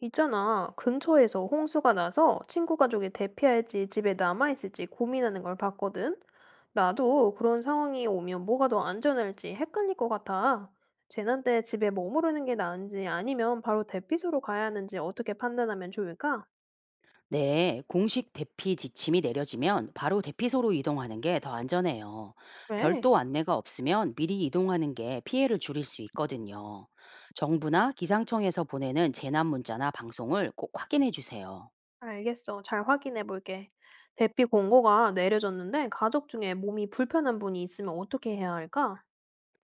있잖아. 근처에서 홍수가 나서 친구 가족이 대피할지 집에 남아있을지 고민하는 걸 봤거든. 나도 그런 상황이 오면 뭐가 더 안전할지 헷갈릴 것 같아. 재난 때 집에 머무르는 게 나은지 아니면 바로 대피소로 가야 하는지 어떻게 판단하면 좋을까? 네, 공식 대피 지침이 내려지면 바로 대피소로 이동하는 게 더 안전해요. 왜? 별도 안내가 없으면 미리 이동하는 게 피해를 줄일 수 있거든요. 정부나 기상청에서 보내는 재난 문자나 방송을 꼭 확인해 주세요. 알겠어. 잘 확인해 볼게. 대피 공고가 내려졌는데 가족 중에 몸이 불편한 분이 있으면 어떻게 해야 할까?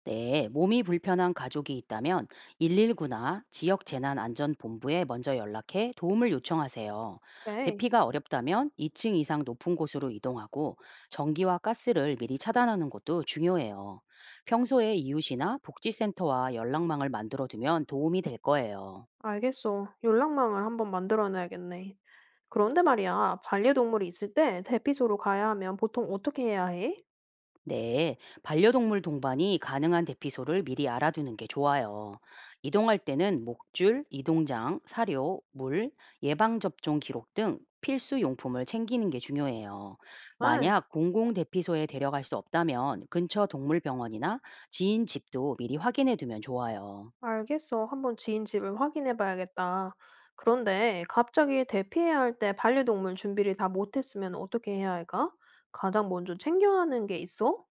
네, 몸이 불편한 가족이 있다면 119나 지역 재난안전본부에 먼저 연락해 도움을 요청하세요. 네. 대피가 어렵다면 2층 이상 높은 곳으로 이동하고 전기와 가스를 미리 차단하는 것도 중요해요. 평소에 이웃이나 복지센터와 연락망을 만들어 두면 도움이 될 거예요. 알겠어. 연락망을 한번 만들어놔야겠네. 그런데 말이야, 반려동물이 있을 때 대피소로 가야 하면 보통 어떻게 해야 해? 네, 반려동물 동반이 가능한 대피소를 미리 알아두는 게 좋아요. 이동할 때는 목줄, 이동장, 사료, 물, 예방접종 기록 등 필수 용품을 챙기는 게 중요해요. 아, 만약 공공 대피소에 데려갈 수 없다면 근처 동물병원이나 지인 집도 미리 확인해 두면 좋아요. 알겠어. 한번 지인 집을 확인해 봐야겠다. 그런데 갑자기 대피해야 할 때 반려동물 준비를 다 못했으면 어떻게 해야 할까? 가장 먼저 챙겨야 하는 게 있어?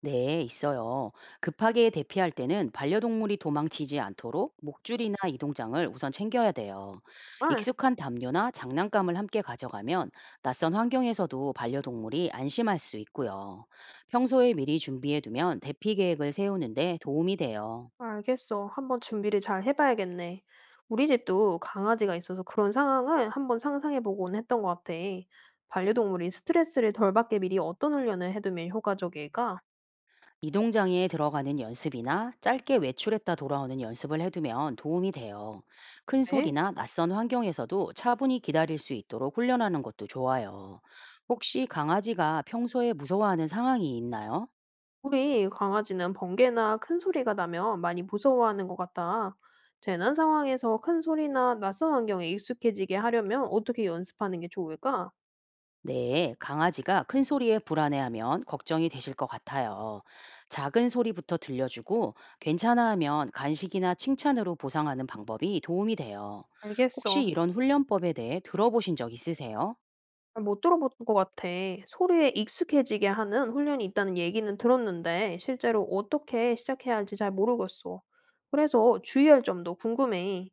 네, 있어요. 급하게 대피할 때는 반려동물이 도망치지 않도록 목줄이나 이동장을 우선 챙겨야 돼요. 아, 익숙한 담요나 장난감을 함께 가져가면 낯선 환경에서도 반려동물이 안심할 수 있고요. 평소에 미리 준비해 두면 대피 계획을 세우는데 도움이 돼요. 알겠어. 한번 준비를 잘 해봐야겠네. 우리 집도 강아지가 있어서 그런 상황을 한번 상상해보곤 했던 것 같아. 반려동물이 스트레스를 덜 받게 미리 어떤 훈련을 해두면 효과적일까? 이동장에 들어가는 연습이나 짧게 외출했다 돌아오는 연습을 해두면 도움이 돼요. 큰 네. 소리나 낯선 환경에서도 차분히 기다릴 수 있도록 훈련하는 것도 좋아요. 혹시 강아지가 평소에 무서워하는 상황이 있나요? 우리 강아지는 번개나 큰 소리가 나면 많이 무서워하는 것 같다. 재난 상황에서 큰 소리나 낯선 환경에 익숙해지게 하려면 어떻게 연습하는 게 좋을까? 네, 강아지가 큰 소리에 불안해하면 걱정이 되실 것 같아요. 작은 소리부터 들려주고 괜찮아 하면 간식이나 칭찬으로 보상하는 방법이 도움이 돼요. 혹시 알겠어. 이런 훈련법에 대해 들어보신 적 있으세요? 잘 못들어본 것 같아. 소리에 익숙해지게 하는 훈련이 있다는 얘기는 들었는데 실제로 어떻게 시작해야 할지 잘 모르겠어. 그래서 주의할 점도 궁금해.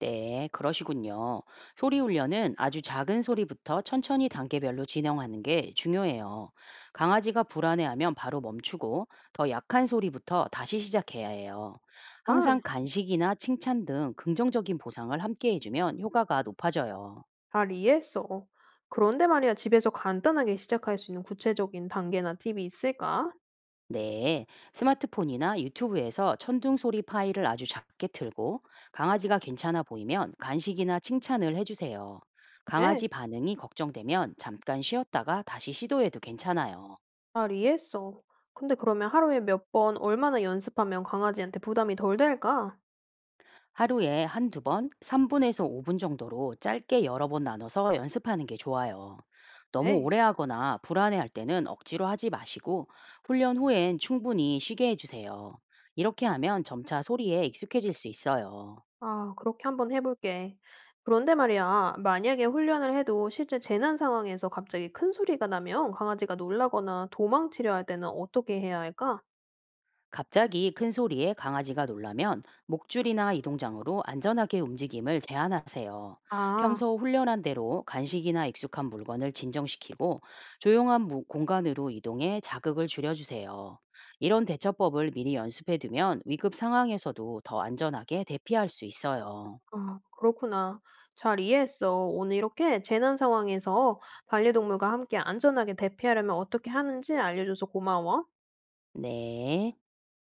네, 그러시군요. 소리 훈련은 아주 작은 소리부터 천천히 단계별로 진행하는 게 중요해요. 강아지가 불안해하면 바로 멈추고 더 약한 소리부터 다시 시작해야 해요. 아, 항상 간식이나 칭찬 등 긍정적인 보상을 함께 해주면 효과가 높아져요. 잘 이해했어. 그런데 말이야, 집에서 간단하게 시작할 수 있는 구체적인 단계나 팁이 있을까? 네, 스마트폰이나 유튜브에서 천둥 소리 파일을 아주 작게 틀고 강아지가 괜찮아 보이면 간식이나 칭찬을 해주세요. 네, 강아지 반응이 걱정되면 잠깐 쉬었다가 다시 시도해도 괜찮아요. 잘 이해했어. 근데 그러면 하루에 몇 번, 얼마나 연습하면 강아지한테 부담이 덜 될까? 하루에 한두 번, 3분에서 5분 정도로 짧게 여러 번 나눠서 연습하는 게 좋아요. 너무 네. 오래 하거나 불안해할 때는 억지로 하지 마시고 훈련 후엔 충분히 쉬게 해주세요. 이렇게 하면 점차 소리에 익숙해질 수 있어요. 아, 그렇게 한번 해볼게. 그런데 말이야, 만약에 훈련을 해도 실제 재난 상황에서 갑자기 큰 소리가 나면 강아지가 놀라거나 도망치려 할 때는 어떻게 해야 할까? 갑자기 큰 소리에 강아지가 놀라면 목줄이나 이동장으로 안전하게 움직임을 제한하세요. 아, 평소 훈련한 대로 간식이나 익숙한 물건을 진정시키고 조용한 공간으로 이동해 자극을 줄여주세요. 이런 대처법을 미리 연습해두면 위급 상황에서도 더 안전하게 대피할 수 있어요. 아, 그렇구나. 잘 이해했어. 오늘 이렇게 재난 상황에서 반려동물과 함께 안전하게 대피하려면 어떻게 하는지 알려줘서 고마워. 네.